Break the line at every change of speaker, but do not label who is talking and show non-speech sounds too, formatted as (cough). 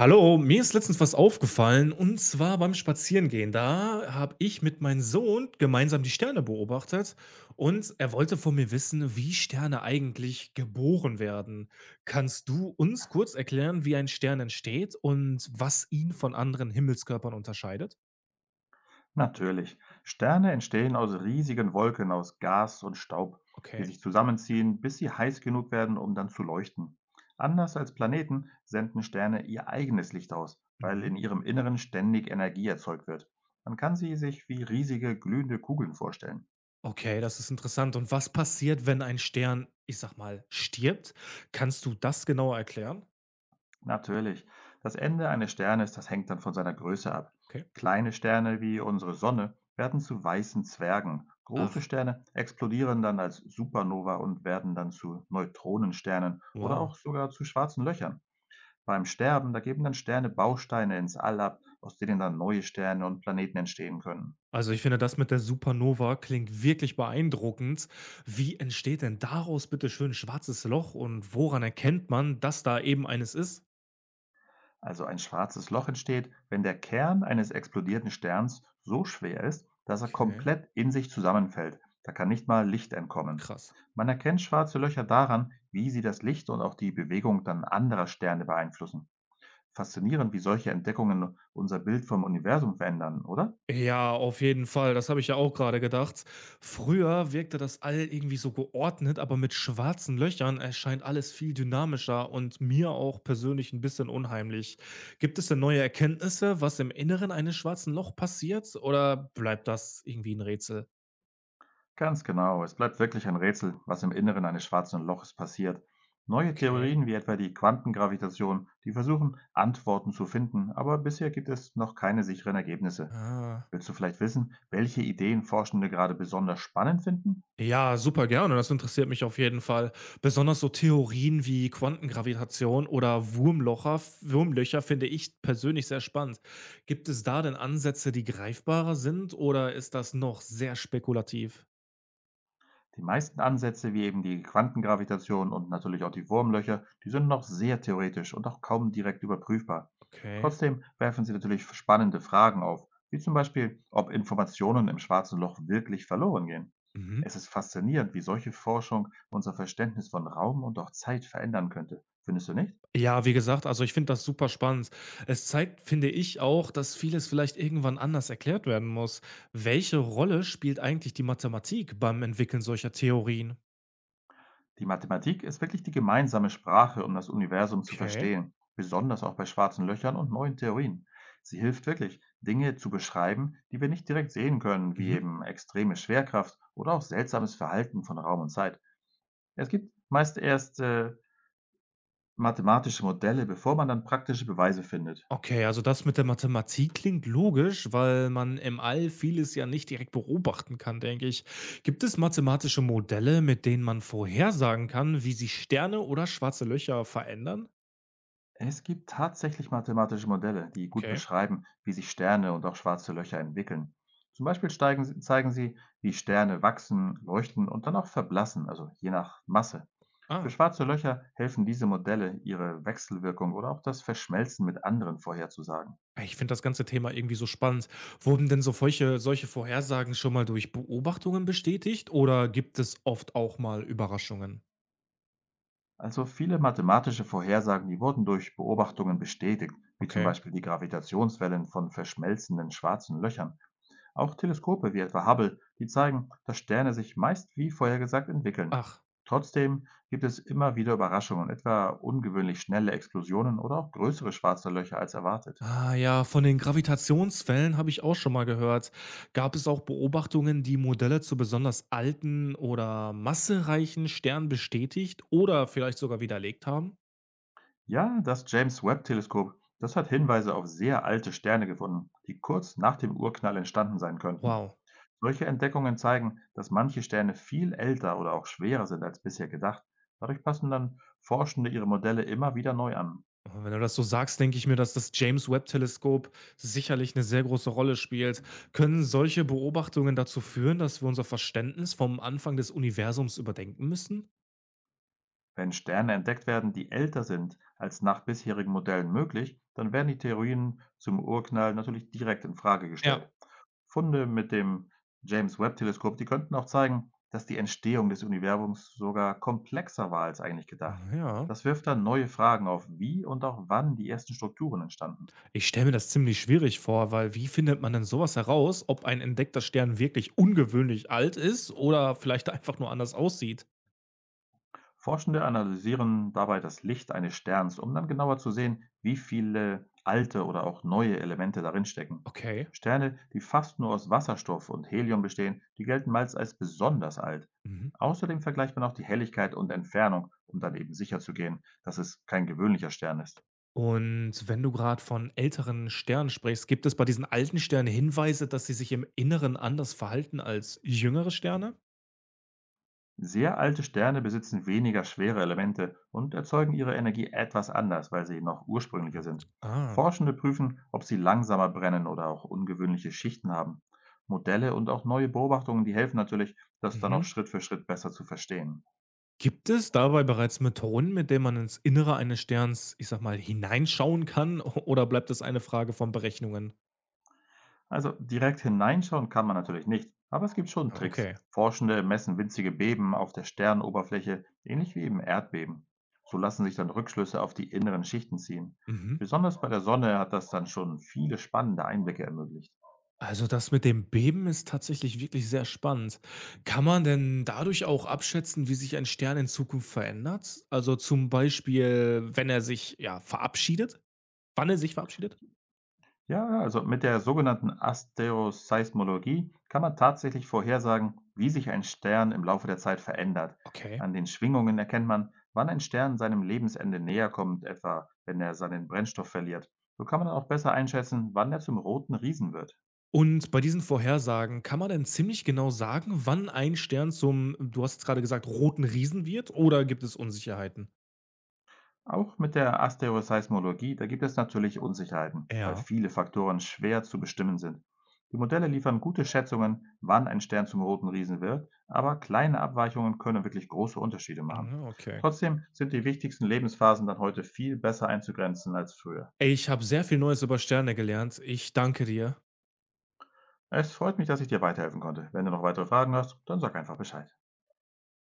Hallo, mir ist letztens was aufgefallen und zwar beim Spazierengehen. Da habe ich mit meinem Sohn gemeinsam die Sterne beobachtet und er wollte von mir wissen, wie Sterne eigentlich geboren werden. Kannst du uns kurz erklären, wie ein Stern entsteht und was ihn von anderen Himmelskörpern unterscheidet?
Natürlich. Sterne entstehen aus riesigen Wolken aus Gas und Staub, die
Okay.
sich zusammenziehen, bis sie heiß genug werden, um dann zu leuchten. Anders als Planeten senden Sterne ihr eigenes Licht aus, weil
Mhm.
in ihrem Inneren ständig Energie erzeugt wird. Man kann sie sich wie riesige glühende Kugeln vorstellen.
Okay, das ist interessant. Und was passiert, wenn ein Stern, ich sag mal, stirbt? Kannst du das genauer erklären?
Natürlich. Das Ende eines Sternes, das hängt dann von seiner Größe ab.
Okay.
Kleine Sterne wie unsere Sonne werden zu weißen Zwergen. Große
Ach,
Sterne explodieren dann als Supernova und werden dann zu Neutronensternen oder
wow.
auch sogar zu schwarzen Löchern. Beim Sterben, da geben dann Sterne Bausteine ins All ab, aus denen dann neue Sterne und Planeten entstehen können.
Also, ich finde, das mit der Supernova klingt wirklich beeindruckend. Wie entsteht denn daraus bitte schön 'n schwarzes Loch und woran erkennt man, dass da eben eines ist?
Also ein schwarzes Loch entsteht, wenn der Kern eines explodierten Sterns so schwer ist, dass er
Okay.
komplett in sich zusammenfällt. Da kann nicht mal Licht entkommen.
Krass.
Man erkennt schwarze Löcher daran, wie sie das Licht und auch die Bewegung dann anderer Sterne beeinflussen. Faszinierend, wie solche Entdeckungen unser Bild vom Universum verändern, oder?
Ja, auf jeden Fall, das habe ich ja auch gerade gedacht. Früher wirkte das All irgendwie so geordnet, aber mit schwarzen Löchern erscheint alles viel dynamischer und mir auch persönlich ein bisschen unheimlich. Gibt es denn neue Erkenntnisse, was im Inneren eines schwarzen Loch passiert oder bleibt das irgendwie ein Rätsel?
Ganz genau, es bleibt wirklich ein Rätsel, was im Inneren eines schwarzen Loches passiert. Neue
Okay.
Theorien wie etwa die Quantengravitation, die versuchen, Antworten zu finden, aber bisher gibt es noch keine sicheren Ergebnisse.
Ah.
Willst du vielleicht wissen, welche Ideen Forschende gerade besonders spannend finden?
Ja, super gerne. Das interessiert mich auf jeden Fall. Besonders so Theorien wie Quantengravitation oder Wurmlocher, Wurmlöcher finde ich persönlich sehr spannend. Gibt es da denn Ansätze, die greifbarer sind oder ist das noch sehr spekulativ?
Die meisten Ansätze, wie eben die Quantengravitation und natürlich auch die Wurmlöcher, die sind noch sehr theoretisch und auch kaum direkt überprüfbar.
Okay.
Trotzdem werfen sie natürlich spannende Fragen auf, wie zum Beispiel, ob Informationen im schwarzen Loch wirklich verloren gehen.
Mhm.
Es ist faszinierend, wie solche Forschung unser Verständnis von Raum und auch Zeit verändern könnte. Findest du nicht?
Ja, wie gesagt, also ich finde das super spannend. Es zeigt, finde ich, auch, dass vieles vielleicht irgendwann anders erklärt werden muss. Welche Rolle spielt eigentlich die Mathematik beim Entwickeln solcher Theorien?
Die Mathematik ist wirklich die gemeinsame Sprache, um das Universum zu
Okay.
verstehen, besonders auch bei schwarzen Löchern und neuen Theorien. Sie hilft wirklich, Dinge zu beschreiben, die wir nicht direkt sehen können, wie
Mhm.
eben extreme Schwerkraft oder auch seltsames Verhalten von Raum und Zeit. Es gibt meist erst mathematische Modelle, bevor man dann praktische Beweise findet.
Okay, also das mit der Mathematik klingt logisch, weil man im All vieles ja nicht direkt beobachten kann, denke ich. Gibt es mathematische Modelle, mit denen man vorhersagen kann, wie sich Sterne oder schwarze Löcher verändern?
Es gibt tatsächlich mathematische Modelle, die gut
Okay.
beschreiben, wie sich Sterne und auch schwarze Löcher entwickeln. Zum Beispiel zeigen sie, wie Sterne wachsen, leuchten und dann auch verblassen, also je nach Masse. Für
Ah.
schwarze Löcher helfen diese Modelle, ihre Wechselwirkung oder auch das Verschmelzen mit anderen vorherzusagen.
Ich finde das ganze Thema irgendwie so spannend. Wurden denn so solche Vorhersagen schon mal durch Beobachtungen bestätigt oder gibt es oft auch mal Überraschungen?
Also viele mathematische Vorhersagen, die wurden durch Beobachtungen bestätigt, wie zum
Okay.
Beispiel die Gravitationswellen von verschmelzenden schwarzen Löchern. Auch Teleskope wie etwa Hubble, die zeigen, dass Sterne sich meist wie vorhergesagt entwickeln.
Ach.
Trotzdem gibt es immer wieder Überraschungen, etwa ungewöhnlich schnelle Explosionen oder auch größere schwarze Löcher als erwartet.
Ah ja, von den Gravitationswellen habe ich auch schon mal gehört. Gab es auch Beobachtungen, die Modelle zu besonders alten oder massereichen Sternen bestätigt oder vielleicht sogar widerlegt haben?
Ja, das James Webb-Teleskop, das hat Hinweise auf sehr alte Sterne gefunden, die kurz nach dem Urknall entstanden sein könnten.
Wow.
Solche Entdeckungen zeigen, dass manche Sterne viel älter oder auch schwerer sind als bisher gedacht. Dadurch passen dann Forschende ihre Modelle immer wieder neu an.
Wenn du das so sagst, denke ich mir, dass das James Webb-Teleskop sicherlich eine sehr große Rolle spielt. Können solche Beobachtungen dazu führen, dass wir unser Verständnis vom Anfang des Universums überdenken müssen?
Wenn Sterne entdeckt werden, die älter sind als nach bisherigen Modellen möglich, dann werden die Theorien zum Urknall natürlich direkt in Frage
Ja,
gestellt. Funde mit dem James Webb Teleskop, die könnten auch zeigen, dass die Entstehung des Universums sogar komplexer war als eigentlich gedacht.
Ja.
Das wirft dann neue Fragen auf, wie und auch wann die ersten Strukturen entstanden.
Ich stelle mir das ziemlich schwierig vor, weil wie findet man denn sowas heraus, ob ein entdeckter Stern wirklich ungewöhnlich alt ist oder vielleicht (laughs) einfach nur anders aussieht?
Forschende analysieren dabei das Licht eines Sterns, um dann genauer zu sehen, wie viele alte oder auch neue Elemente darin stecken.
Okay.
Sterne, die fast nur aus Wasserstoff und Helium bestehen, die gelten meist als besonders alt.
Mhm.
Außerdem vergleicht man auch die Helligkeit und Entfernung, um dann eben sicherzugehen, dass es kein gewöhnlicher Stern ist.
Und wenn du gerade von älteren Sternen sprichst, gibt es bei diesen alten Sternen Hinweise, dass sie sich im Inneren anders verhalten als jüngere Sterne?
Sehr alte Sterne besitzen weniger schwere Elemente und erzeugen ihre Energie etwas anders, weil sie noch ursprünglicher sind.
Ah.
Forschende prüfen, ob sie langsamer brennen oder auch ungewöhnliche Schichten haben. Modelle und auch neue Beobachtungen, die helfen natürlich, das dann auch
Mhm.
Schritt für Schritt besser zu verstehen.
Gibt es dabei bereits Methoden, mit denen man ins Innere eines Sterns, ich sag mal, hineinschauen kann? (laughs) Oder bleibt es eine Frage von Berechnungen?
Also direkt hineinschauen kann man natürlich nicht, aber es gibt schon
Ah,
Tricks.
okay.
Forschende messen winzige Beben auf der Sternenoberfläche, ähnlich wie im Erdbeben. So lassen sich dann Rückschlüsse auf die inneren Schichten ziehen.
Mhm.
Besonders bei der Sonne hat das dann schon viele spannende Einblicke ermöglicht.
Also das mit dem Beben ist tatsächlich wirklich sehr spannend. Kann man denn dadurch auch abschätzen, wie sich ein Stern in Zukunft verändert? Also zum Beispiel, wenn er sich ja verabschiedet? Wann er sich verabschiedet?
Ja, also mit der sogenannten Asteroseismologie kann man tatsächlich vorhersagen, wie sich ein Stern im Laufe der Zeit verändert.
Okay.
An den Schwingungen erkennt man, wann ein Stern seinem Lebensende näher kommt, etwa wenn er seinen Brennstoff verliert. So kann man dann auch besser einschätzen, wann er zum roten Riesen wird.
Und bei diesen Vorhersagen kann man denn ziemlich genau sagen, wann ein Stern zum, du hast es gerade gesagt, roten Riesen wird? Oder gibt es Unsicherheiten?
Auch mit der Asteroseismologie, da gibt es natürlich Unsicherheiten, weil
Ja.
viele Faktoren schwer zu bestimmen sind. Die Modelle liefern gute Schätzungen, wann ein Stern zum roten Riesen wird, aber kleine Abweichungen können wirklich große Unterschiede machen.
Mhm, okay.
Trotzdem sind die wichtigsten Lebensphasen dann heute viel besser einzugrenzen als früher.
Ey, ich habe sehr viel Neues über Sterne gelernt. Ich danke dir.
Es freut mich, dass ich dir weiterhelfen konnte. Wenn du noch weitere Fragen hast, dann sag einfach Bescheid.